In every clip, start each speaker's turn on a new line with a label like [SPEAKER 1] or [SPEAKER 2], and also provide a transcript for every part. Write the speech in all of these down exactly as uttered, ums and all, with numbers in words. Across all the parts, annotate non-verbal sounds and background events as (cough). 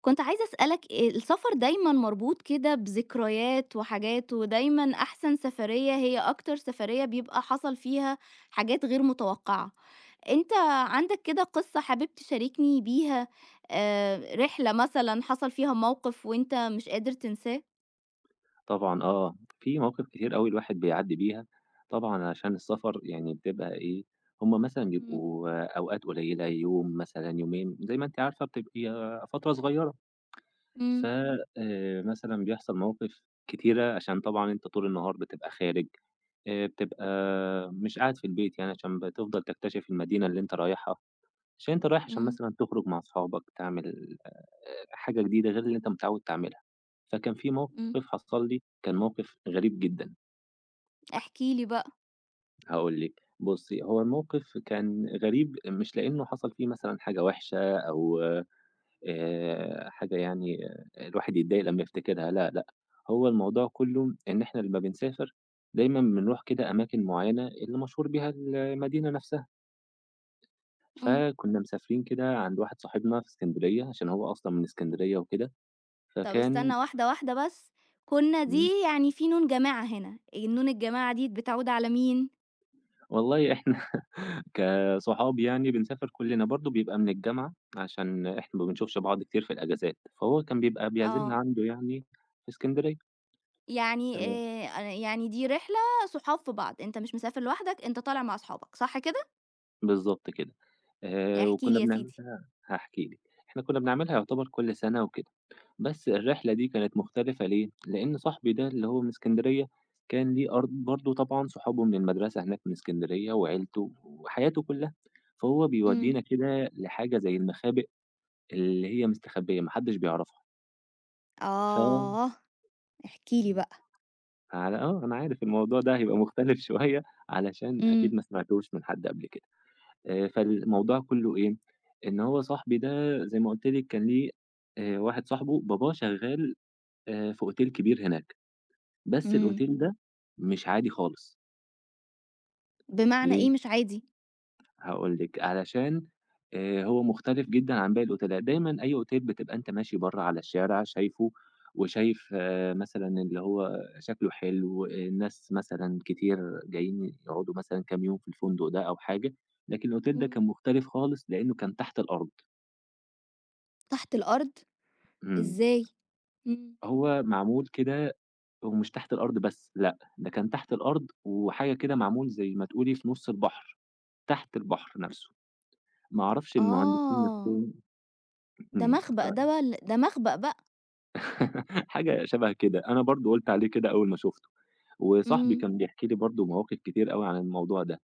[SPEAKER 1] كنت عايزة أسألك آآ السفر دايمًا مربوط كده بذكريات وحاجات، ودايمًا أحسن سفرية هي أكتر سفرية بيبقى حصل فيها حاجات غير متوقعة، أنت عندك كده قصة حابب تشاركني بيها آآ رحلة مثلًا حصل فيها موقف وأنت مش قادر تنساه؟
[SPEAKER 2] طبعًا آه، في مواقف كتير أوي الواحد بيعدّي بيها، طبعًا عشان السفر يعني بتبقى إيه، هم مثلًا
[SPEAKER 1] إمم،
[SPEAKER 2] بيبقوا أوقات قليّلة، يوم مثلًا، يومين، زي ما أنتِ عارفة بتبقي فترة صغيّرة، ف
[SPEAKER 1] إمم،
[SPEAKER 2] آآ، مثلًا بيحصل مواقف كتيرة عشان طبعًا أنت طول النهار بتبقى خارج، آآ، بتبقى مش قاعد في البيت يعني عشان بتفضل تكتشف المدينة اللي أنت رايحها. عشان أنت رايح عشان
[SPEAKER 1] إمم،
[SPEAKER 2] مثلًا تخرج مع أصحابك، تعمل آآ حاجة جديدة غير اللي أنت متعوّد تعملها. فكان في موقف
[SPEAKER 1] إمم،
[SPEAKER 2] حصل لي، كان موقف غريب جدًا،
[SPEAKER 1] احكِ لي بقى.
[SPEAKER 2] هاقول لِك. بُصّي، هو الموقف كان غريب مش لإنه حصل فيه مثلًا حاجة وحشة أو آآ حاجة يعني آه، الواحد يتضايق لمّا يفتكرها، لا، لأ، هو الموضوع كُلّه إن إحنا لمّا بنسافر دايمًا بنروح كده أماكن معيّنة اللي مشهور بيها المدينة نفسها.
[SPEAKER 1] إمم.
[SPEAKER 2] فكنا مسافرين كده عند واحد صاحبنا في إسكندرية، عشان هو أصلًا من إسكندرية وكده،
[SPEAKER 1] طب
[SPEAKER 2] فكان
[SPEAKER 1] استنى واحدة، واحدة بس. كنا
[SPEAKER 2] إمم،
[SPEAKER 1] دي يعني في نون جماعة هنا، النون الجماعة دي بتعود على مين؟
[SPEAKER 2] والله إحنا (laughs) كصحاب يعني بنسافر كُلّنا، برضه بيبقى من الجامعة، عشان إحنا ما بنشوفش بعض كتير في الأجازات، فهو كان بيبقى بيعزمنا
[SPEAKER 1] آه.
[SPEAKER 2] عنده يعني في إسكندرية.
[SPEAKER 1] يعني
[SPEAKER 2] تمام.
[SPEAKER 1] آآ يعني دي رحلة صحاب في بعض، أنت مش مسافر لوحدك، أنت طالع مع أصحابك، صح كده؟
[SPEAKER 2] بالضبط كده، آآ
[SPEAKER 1] احكِ لي
[SPEAKER 2] وكنا
[SPEAKER 1] يا سيدي.
[SPEAKER 2] بنعملها هاحكي لِك، إحنا كنا بنعملها يعتبر كل سَنة وك بس الرحلة دي كانت مختلفة ليه؟ لأن صاحبي ده اللي هو من اسكندرية كان ليه أرض برضه طبعًا صحابه من المدرسة هناك من اسكندرية وعيلته وحياته كلها، فهو
[SPEAKER 1] إمم.
[SPEAKER 2] بيودينا كده لحاجة زي المخابئ اللي هي مستخبية ما حدش بيعرفها، ف
[SPEAKER 1] آه، احكِ لي
[SPEAKER 2] إمم،
[SPEAKER 1] بقى.
[SPEAKER 2] على آه، أنا عارف الموضوع ده هيبقى مختلف (laughs) شوية علشان أكيد
[SPEAKER 1] إمم.
[SPEAKER 2] ما سمعتوش من حد قبل كده، آآ، فالموضوع كله إيه؟ إن هو صاحبي ده زي ما قُلت لِك كان ليه آآ، واحد صاحبه باباه شغال آآ، في أوتيل كبير هناك. بس
[SPEAKER 1] إمم.
[SPEAKER 2] الأوتيل ده مش عادي خالص،
[SPEAKER 1] بمعنى إيه
[SPEAKER 2] ليه؟
[SPEAKER 1] مش عادي؟
[SPEAKER 2] هاقول لِك، علشان آآ هو مختلف جدًا عن باقي الأوتيلات، دايمًا أي أوتيل بتبقى أنت ماشي برّه على الشارع شايفه، وشايف آه، مثلًا اللي هو شكله حلو، آه، الناس مثلًا كتير جايين يقعدوا مثلًا كام يوم في الفندق ده أو حاجة، لكن الأوتيل ده
[SPEAKER 1] إمم.
[SPEAKER 2] كان مختلف خالص لإنه كان تحت الأرض،
[SPEAKER 1] تحت الأرض؟
[SPEAKER 2] إمم،
[SPEAKER 1] إزاي؟ إمم.
[SPEAKER 2] هو معمول كده ومش تحت الأرض بس، لأ، ده كان تحت الأرض وحاجة كده معمول زي ما تقولي في نُص البحر، تحت البحر نفسه. ما أعرفش المهندسين
[SPEAKER 1] آه،
[SPEAKER 2] نفسهم
[SPEAKER 1] ده
[SPEAKER 2] إمم،
[SPEAKER 1] مخبأ
[SPEAKER 2] ف
[SPEAKER 1] ده والّا ده مخبأ بقى.
[SPEAKER 2] (laughs) حاجة شبه كده، أنا برضه قُلت عليه كده أول ما شُفته، وصاحبي
[SPEAKER 1] إمم،
[SPEAKER 2] كان بيحكي لي برضه مواقف كتير أوي عن الموضوع ده،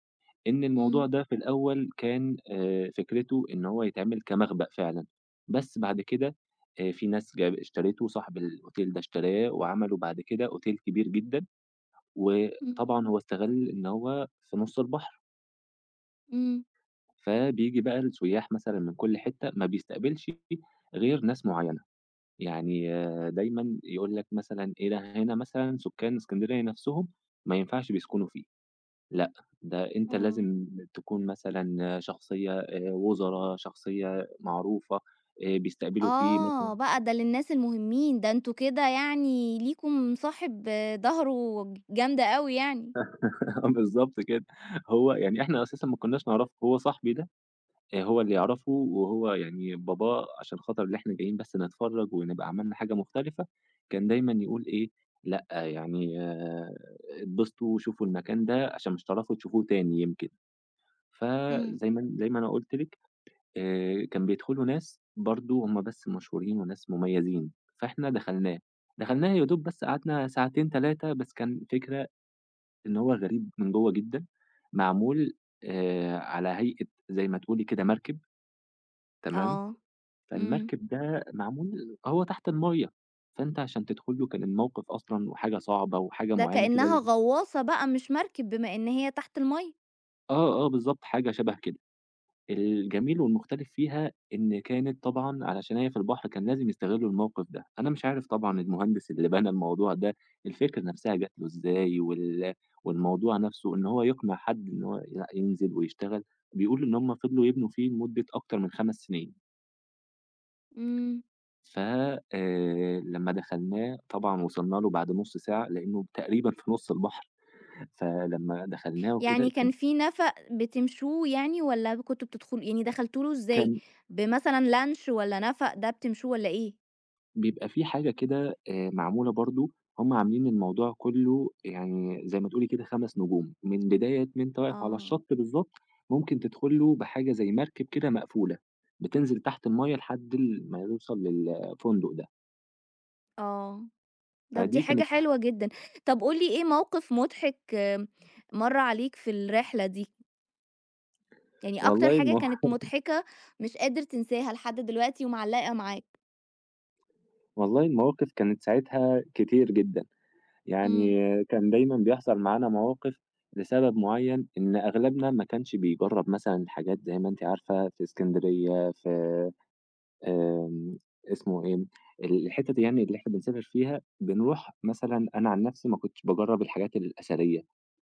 [SPEAKER 2] إن
[SPEAKER 1] إمم،
[SPEAKER 2] الموضوع ده في الأول كان آآ، فكرته إن هو يتعمل كمخبأ فعلًا، بس بعد كده آآ، في ناس جاب اشترته، صاحب الأوتيل ده اشتراه وعملوا بعد كده أوتيل كبير جدًا،
[SPEAKER 1] إمم،
[SPEAKER 2] وطبعًا هو استغل إن هو في نُص البحر،
[SPEAKER 1] إمم،
[SPEAKER 2] فبييجي بقى السياح مثلًا من كل حتة، ما بيستقبلش غير ناس معينة. يعني آآ دايمًا يقول لك مثلًا إيه ده هنا مثلًا سُكّان إسكندرية نَفْسهم ما ينفعش بيسكنوا فيه، لأ، ده أنت
[SPEAKER 1] آه.
[SPEAKER 2] لازم تكون مثلًا شخصية آآ وُزَرا، شخصية معروفة، آآ بيستقبلوا فيه مثلًا
[SPEAKER 1] آه، بقى ده للناس المهمين، ده أنتم كده يعني ليكم صاحب ضهره جامدة أوي يعني.
[SPEAKER 2] (laughs) آه بالضبط كده، هو يعني إحنا أساسًا ما كناش نعرفه، هو صاحبي ده آآ هو اللي يعرفه وهو يعني باباه عشان خاطر اللي إحنا جايين بس نتفرّج ونبقى عملنا حاجة مختلفة، كان دايمًا يقول إيه، لأ يعني آآ اتبسطوا وشوفوا المكان ده عشان مش هتعرفوا تشوفوه تاني يمكن.
[SPEAKER 1] إمم.
[SPEAKER 2] فزي ما زي ما أنا قُلت لِك آآ كان بيدخلوا ناس برضه هم بس مشهورين وناس مميزين، فإحنا دخلناه، دخلناه يا دوب بس قعدنا ساعتين تلاتة بس كان فكرة إن هو غريب من جوّه جدًا، معمول آآ على هيئة زي ما تقولي كده مركب تمام؟
[SPEAKER 1] آه. إمم.
[SPEAKER 2] فالمركب ده معمول هو تحت المَيّة، فأنت عشان تدخل له كان الموقف أصلًا وحاجة صعبة وحاجة
[SPEAKER 1] ده
[SPEAKER 2] معينة كده
[SPEAKER 1] كإنها
[SPEAKER 2] لازم
[SPEAKER 1] غواصة بقى مش مركب بما إن هي تحت المَيّة.
[SPEAKER 2] آه، آه بالضبط، حاجة شَبه كده. الجميل والمختلف فيها إن كانت طبعًا علشان هي في البحر كان لازم يستغلّوا الموقف ده، أنا مش عارف طبعًا
[SPEAKER 1] إمم.
[SPEAKER 2] المهندس اللي بنى الموضوع ده الفكرة نفسها جات له إزاي وال والموضوع نفسه إن هو يقنع حد إن هو لأ ينزل ويشتغل، بيقول إن هم فضلوا يبنوا فيه لمدة أكتر من 5 سنين.
[SPEAKER 1] إمم.
[SPEAKER 2] ف آآ، لمّا دخلناه طبعًا وصلنا له بعد نُص ساعة، لإنه تقريبًا في نُص البحر، فلمّا دخلناه
[SPEAKER 1] يعني
[SPEAKER 2] وكده
[SPEAKER 1] كان
[SPEAKER 2] كان
[SPEAKER 1] في نَفَق بتمشوه يعني والّا كنتم بتدخلوا يعني دخلتوا له إزاي؟
[SPEAKER 2] كان
[SPEAKER 1] بمثلًا لانش والّا نَفَق ده بتمشوه والّا إيه؟
[SPEAKER 2] بيبقى في حاجة كده آآ، معمولة برضه هم عاملين الموضوع كُلّه يعني زي ما تقولي كده 5 نجوم، من بداية ما أنت واقف على
[SPEAKER 1] آه.
[SPEAKER 2] الشط بالضبط، ممكن تدخل له بحاجة زي مركب كده مقفولة، بتنزل تحت المَيّة لحد ال ما يوصل للفندق ده،
[SPEAKER 1] آه، طب دي
[SPEAKER 2] فدي
[SPEAKER 1] حاجة
[SPEAKER 2] كانت
[SPEAKER 1] حلوة جدًا. طب قُل لي إيه موقف مضحك آم، مَر عليك في الرحلة دي؟ يعني أكتر
[SPEAKER 2] والله
[SPEAKER 1] حاجة
[SPEAKER 2] الموا
[SPEAKER 1] كانت
[SPEAKER 2] (laughs)
[SPEAKER 1] مضحكة مش قادر تنساها لحد دلوقتي ومعلّقة معاك؟
[SPEAKER 2] والله المواقف كانت ساعتها كتير جدًا. يعني
[SPEAKER 1] إمم.
[SPEAKER 2] كان دايمًا بيحصل معانا مواقف لسبب معيّن، إن أغلبنا ما كانش بيجرّب مثلًا الحاجات زي ما أنتِ عارفة في إسكندرية، في آمم، اسمه إيه، الحتت يعني اللي إحنا بنسافر فيها، بنروح مثلًا أنا عن نفسي ما كنتش باجرّب الحاجات الأثرية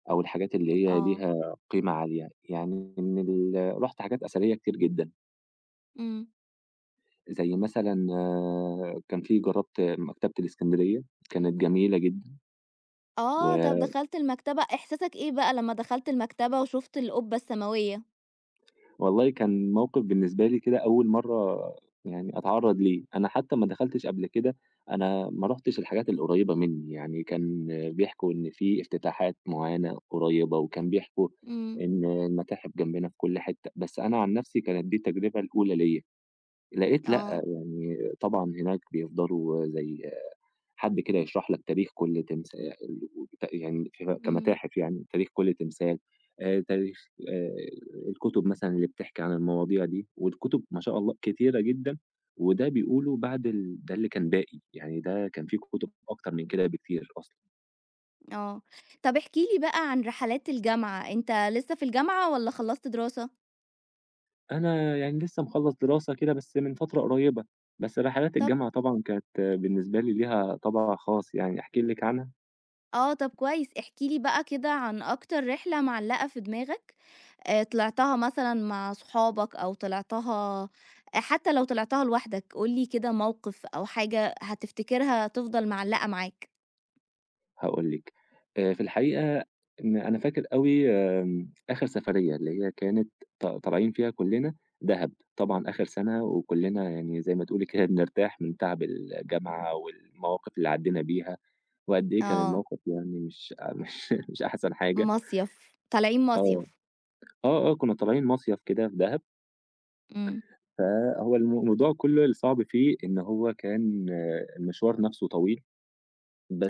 [SPEAKER 2] أو الحاجات اللي هي
[SPEAKER 1] آه.
[SPEAKER 2] ليها قيمة عالية، يعني من ال رُحت حاجات أثرية كتير جدًا،
[SPEAKER 1] إمم.
[SPEAKER 2] زي مثلًا آه، كان في جرّبت مكتبة الإسكندرية، كانت جميلة جدًا
[SPEAKER 1] آه، طب
[SPEAKER 2] و
[SPEAKER 1] دخلت المكتبة، إحساسك إيه بقى لمّا دخلت المكتبة وشُفت القبة السماوية؟
[SPEAKER 2] والله كان موقف بالنسبة لي كده أول مرّة يعني أتعرّض ليه، أنا حتى ما دخلتش قبل كده، أنا ما رُحتش الحاجات القريّبة منّي، يعني كان بيحكوا إن في افتتاحات معيّنة قريّبة، وكان بيحكوا
[SPEAKER 1] إمم.
[SPEAKER 2] إن المتاحف جنبنا في كل حتّة، بس أنا عن نَفْسي كانت دي التجربة الأولى ليّا، لقيت لأ،
[SPEAKER 1] آه.
[SPEAKER 2] يعني طبعًا هناك بيفضلوا زي حد كده يشرح لك تاريخ كل تمثال وت يعني ف
[SPEAKER 1] إمم.
[SPEAKER 2] كمتاحف يعني، تاريخ كل تمثال، آآ تاريخ آآ الكتب مثلًا اللي بتحكي عن المواضيع دي، والكتب ما شاء الله كتيرة جدًا، وده بيقولوا بعد ال ده اللي كان باقي، يعني ده كان في كتب أكتر من كده بكتير أصلًا.
[SPEAKER 1] آه. طب احكِ لي بقى عن رحلات الجامعة، أنت لسه في الجامعة والّا خلّصت دراسة؟
[SPEAKER 2] أنا يعني لسه مخلّص دراسة كده بس من فترة قريبة، بس رحلات
[SPEAKER 1] طب
[SPEAKER 2] الجامعة طبعًا كانت بالنسبة لي ليها طابع خاص يعني، أحكي لِك عنها؟
[SPEAKER 1] آه، طب كويس، احكِ لي بقى كده عن أكتر رحلة معلقة في دماغك، آآ، طلعتها مثلًا مع صحابك أو طلعتها آه، حتى لو طلعتها لوحدك، قُل لي كده موقف أو حاجة هتفتكرها تفضل معلقة معاك.
[SPEAKER 2] هاقول لِك، آآ في الحقيقة إن أنا فاكر أوي آمم آخر سفرية اللي هي كانت ط طالعين فيها كُلّنا دهب، طبعًا آخر سَنة وكُلّنا يعني زي ما تقولي كده بنرتاح من تعب الجامعة والمواقف اللي عدّينا بيها، وقد إيه كان
[SPEAKER 1] آه،
[SPEAKER 2] الموقف يعني مش (laughs) مش مش أحسن حاجة.
[SPEAKER 1] مصيف، طالعين
[SPEAKER 2] آه،
[SPEAKER 1] مصيف.
[SPEAKER 2] آه، آه، كُنّا طالعين مصيف كده في دهب،
[SPEAKER 1] إمم.
[SPEAKER 2] فهو الم الموضوع كُلّه الصعب فيه إن هو كان المشوار نَفْسه طويل،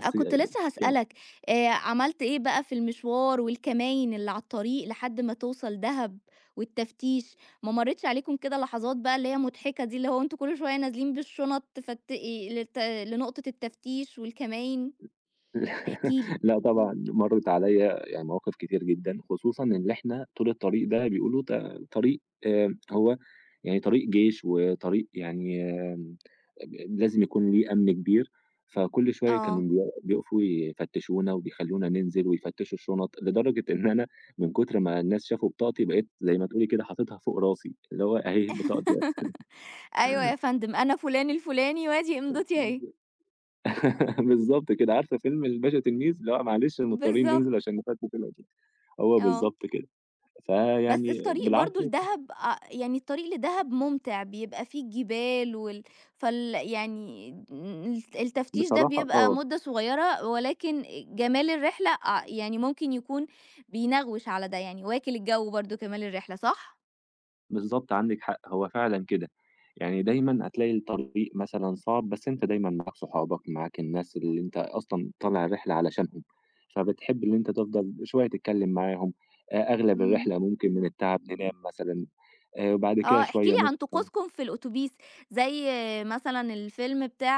[SPEAKER 1] أ كنت لسه
[SPEAKER 2] (unintelligible)
[SPEAKER 1] هاسألك، آآ عملت إيه بقى في المشوار والكماين اللي على الطريق لحد ما توصل دهب والتفتيش، ما مرّيتش عليكم كده لحظات بقى اللي هي مضحكة دي، اللي هو أنتم كل شوية نازلين بالشنط تفتقي لت لنقطة التفتيش والكماين؟ احكِ لي.
[SPEAKER 2] (laughs) لأ طبعًا، مرّت عليّا يعني مواقف كتير جدًا، خصوصًا إن إحنا طول الطريق ده بيقولوا ط طريق آآ هو يعني طريق جيش وطريق يعني آمم ب لازم يكون ليه أمن كبير، فكل شوية كانوا
[SPEAKER 1] آه.
[SPEAKER 2] بي بيقفوا يفتشونا وبيخلّونا ننزل ويفتشوا الشنط، لدرجة إن أنا من كتر ما الناس شافوا بطاقتي بقيت زي ما تقولي كده حاططها فوق راسي، اللي هو أهي بطاقتي
[SPEAKER 1] (laughs) أيوه يا فندم، أنا فُلان الفُلاني وأدي إمضتي أهي.
[SPEAKER 2] (laughs) بالضبط كده، عارفة فيلم الباشا تلميذ؟ اللي هو معلش مضطرين
[SPEAKER 1] بالضبط.
[SPEAKER 2] ننزل عشان نفسّح دلوقتي، هو
[SPEAKER 1] آه.
[SPEAKER 2] بالضبط كده.
[SPEAKER 1] بس
[SPEAKER 2] فيعني
[SPEAKER 1] الطريق
[SPEAKER 2] بالعكس
[SPEAKER 1] برضه لدهب آه، يعني الطريق لدهب ممتع بيبقى فيه الجبال وال فال يعني الت- التفتيش ده
[SPEAKER 2] بصراحة
[SPEAKER 1] بيبقى
[SPEAKER 2] آه،
[SPEAKER 1] مدة صغيرة ولكن جمال الرحلة آه، يعني ممكن يكون بينغوش على ده يعني واكل الجو برضه كمال الرحلة صح؟
[SPEAKER 2] بالضبط عندِك حق، هو فعلًا كده. يعني دايمًا هتلاقي الطريق مثلًا صعب، بس أنت دايمًا معاك صحابك، معاك الناس اللي أنت أصلًا طالع الرحلة علشانهم، فبتحب اللي أنت تفضل شوية تتكلّم معاهم، أ أغلب
[SPEAKER 1] امم
[SPEAKER 2] الرحلة ممكن من التعب ننام مثلًا، آآ، وبعد
[SPEAKER 1] اه
[SPEAKER 2] كده
[SPEAKER 1] احكي
[SPEAKER 2] شوية
[SPEAKER 1] لي عن
[SPEAKER 2] نصحى
[SPEAKER 1] طقوسكم في الأتوبيس زي آه، مثلا الفيلم بتاع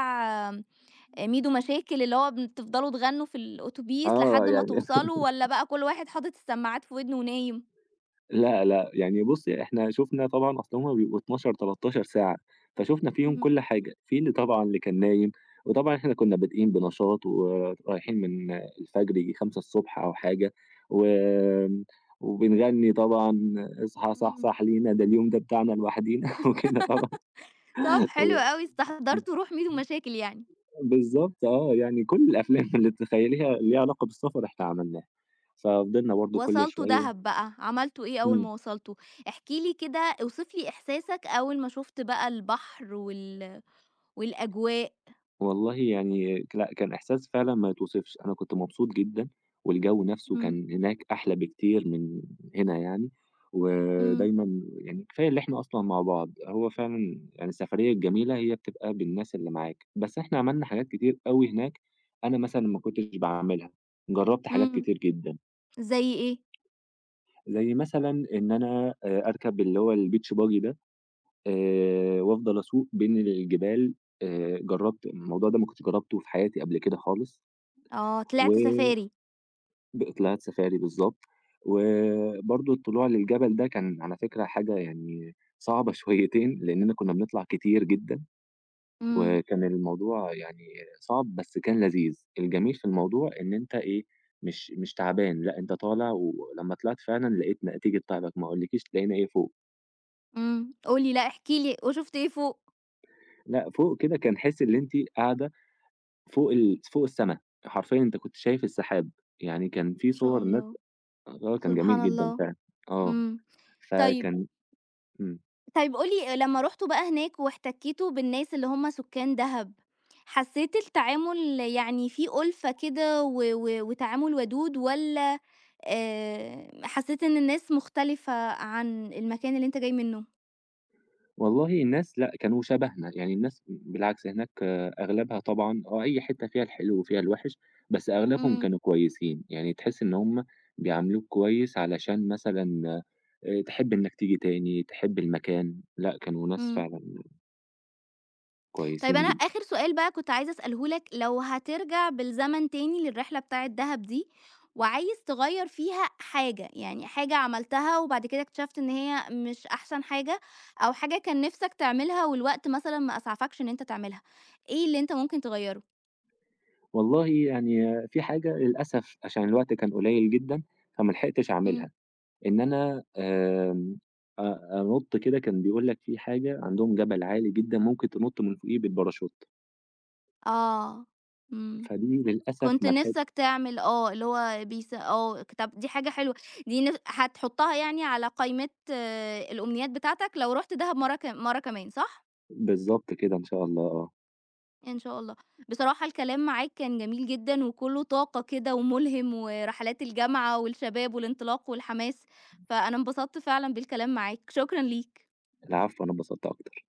[SPEAKER 1] آه، ميدو مشاكل اللي هو بتفضلوا تغنوا في الأتوبيس
[SPEAKER 2] آه،
[SPEAKER 1] لحد ما
[SPEAKER 2] يعني
[SPEAKER 1] توصلوا ولا بقى كل واحد حاطط السماعات في ودنه ونايم؟
[SPEAKER 2] لأ، لأ، يعني بُصّي إحنا شُفنا طبعًا أصل هُم بيبقوا اثنا عشر، تلاتاشر ساعة، فشُفنا فيهم كل حاجة، في اللي طبعًا اللي كان نايم، وطبعًا إحنا كنا بادئين بنشاط ورايحين من الفجر ييجي خمسة أو حاجة، وآمم، وبنغني طبعًا اصحى
[SPEAKER 1] امم
[SPEAKER 2] صحصح لينا ده اليوم ده بتاعنا لوحدينا (laughs) وكده طبعًا
[SPEAKER 1] طب حلو
[SPEAKER 2] و
[SPEAKER 1] أوي، استحضرتوا روح ميدو مشاكل يعني،
[SPEAKER 2] بالضبط آه، يعني كل الأفلام اللي تتخيليها ليها علاقة بالسفر إحنا عملناها، ففضلنا برضه كل
[SPEAKER 1] وصلتوا
[SPEAKER 2] شوية
[SPEAKER 1] دهب بقى، عملتوا إيه أول
[SPEAKER 2] إمم.
[SPEAKER 1] ما وصلتوا؟ احكِ لي كده اوصف لي إحساسك أول ما شُفت بقى البحر وال والأجواء.
[SPEAKER 2] والله يعني ك لأ، كان إحساس فعلًا ما يتوصفش، أنا كنت مبسوط جدًا، والجو نفسه
[SPEAKER 1] إمم.
[SPEAKER 2] كان هناك أحلى بكتير من هنا يعني،
[SPEAKER 1] إمم.
[SPEAKER 2] ودايمًا يعني كفاية اللي إحنا أصلًا مع بعض، هو فعلًا يعني السفرية الجميلة هي بتبقى بالناس اللي معاك، بس إحنا عملنا حاجات كتير أوي هناك أنا مثلًا ما كنتش باعملها، جرّبت حاجات
[SPEAKER 1] إمم.
[SPEAKER 2] كتير جدًا،
[SPEAKER 1] زي إيه؟
[SPEAKER 2] زي مثلًا إن أنا آآ أركب اللي هو الbeach buggy ده آآ وأفضل أسوق بين الجبال آآ جرّبت الموضوع ده ما كنتش جرّبته في حياتي قبل كده خالص.
[SPEAKER 1] آه، طلعت
[SPEAKER 2] وب
[SPEAKER 1] سفاري.
[SPEAKER 2] طلعت سفاري بالضبط،
[SPEAKER 1] إمم.
[SPEAKER 2] وبرضه الطلوع للجبل ده كان على فكرة حاجة يعني صعبة (laughs) شويتين، لإننا كنا بنطلع كتير جدًا،
[SPEAKER 1] إمم.
[SPEAKER 2] وكان الموضوع يعني صعب بس كان لذيذ، الجميل في الموضوع إن أنت إيه، مش مش تعبان، لأ أنت طالع ولمّا طلعت فعلًا لقيت نتيجة تعبك، ما أقولكيش لقينا إيه فوق،
[SPEAKER 1] إمم. قُل لي لأ، احكِ لي وشُفت إيه فوق؟
[SPEAKER 2] لأ فوق كده كان حِس اللي أنتِ قاعدة فوق ال فوق السما، حرفيًا أنت كنت شايف السحاب، يعني كان في
[SPEAKER 1] ما شاء
[SPEAKER 2] صور ناس
[SPEAKER 1] الله.
[SPEAKER 2] آه كان
[SPEAKER 1] سبحان
[SPEAKER 2] جميل جدًا
[SPEAKER 1] الله.
[SPEAKER 2] فعلًا، آه،
[SPEAKER 1] إمم. طيب.
[SPEAKER 2] فكان إمم.
[SPEAKER 1] طيب قُل لي لمّا رُحتوا بقى هناك واحتكيتوا بالناس اللي هم سُكّان دهب، حسّيت التعامل يعني في أُلفة كده و و وتعامل ودود والّا آآ، حسّيت إن الناس مختلفة عن المكان اللي أنت جاي منه؟
[SPEAKER 2] والله الناس لأ، كانوا شبهنا، يعني الناس بالعكس هناك أغلبها طبعًا آه، أي حتّة فيها الحلو وفيها الوحِش، بس أغلبهم
[SPEAKER 1] إمم.
[SPEAKER 2] كانوا كويسين، يعني تحس إن هم بيعاملوك كويس علشان مثلًا آآ تحب إنّك تيجي تاني، تحب المكان، لأ كانوا ناس
[SPEAKER 1] إمم.
[SPEAKER 2] فعلًا
[SPEAKER 1] طيب
[SPEAKER 2] كويسين
[SPEAKER 1] أنا
[SPEAKER 2] جدًا.
[SPEAKER 1] آخر سؤال بقى كنت عايزة أسأله لك، لو هترجع بالزمن تاني للرحلة بتاعة دهب دي، وعايز تغيّر فيها حاجة، يعني حاجة عملتها وبعد كده اكتشفت إن هي مش أحسن حاجة، أو حاجة كان نِفْسك تعملها والوقت مثلًا ما أسعفكش إن أنت تعملها، إيه اللي أنت ممكن تغيّره؟
[SPEAKER 2] والله يعني في حاجة للأسف عشان الوقت كان قليّل جدًا، فما لحقتش
[SPEAKER 1] إمم.
[SPEAKER 2] أعملها، إن أنا آمم أ أنُط كده كان بيقول لك في حاجة عندهم جبل عالي جدًا ممكن تنُط من فوقيه بالباراشوت.
[SPEAKER 1] آه. إمم.
[SPEAKER 2] فدي للأسف
[SPEAKER 1] كنت
[SPEAKER 2] ما لحقت
[SPEAKER 1] نِفْسك تعمل آه، اللي هو بيس آه، ك طَب دي حاجة حلوة، دي نف هتحطها يعني على قائمة آه، الأمنيات بتاعتك لو رُحت دهب مرة ك مرة كمان، صح؟
[SPEAKER 2] بالضبط كده إن شاء الله آه.
[SPEAKER 1] إن شاء الله. بصراحة الكلام معاك كان جميل جدًا وكُلّه طاقة كده وملهم ورحلات الجامعة والشباب والانطلاق والحماس، فأنا انبسطت فعلًا بالكلام معاك، شكرًا ليك.
[SPEAKER 2] العفو، أنا اتبسطت أكتر.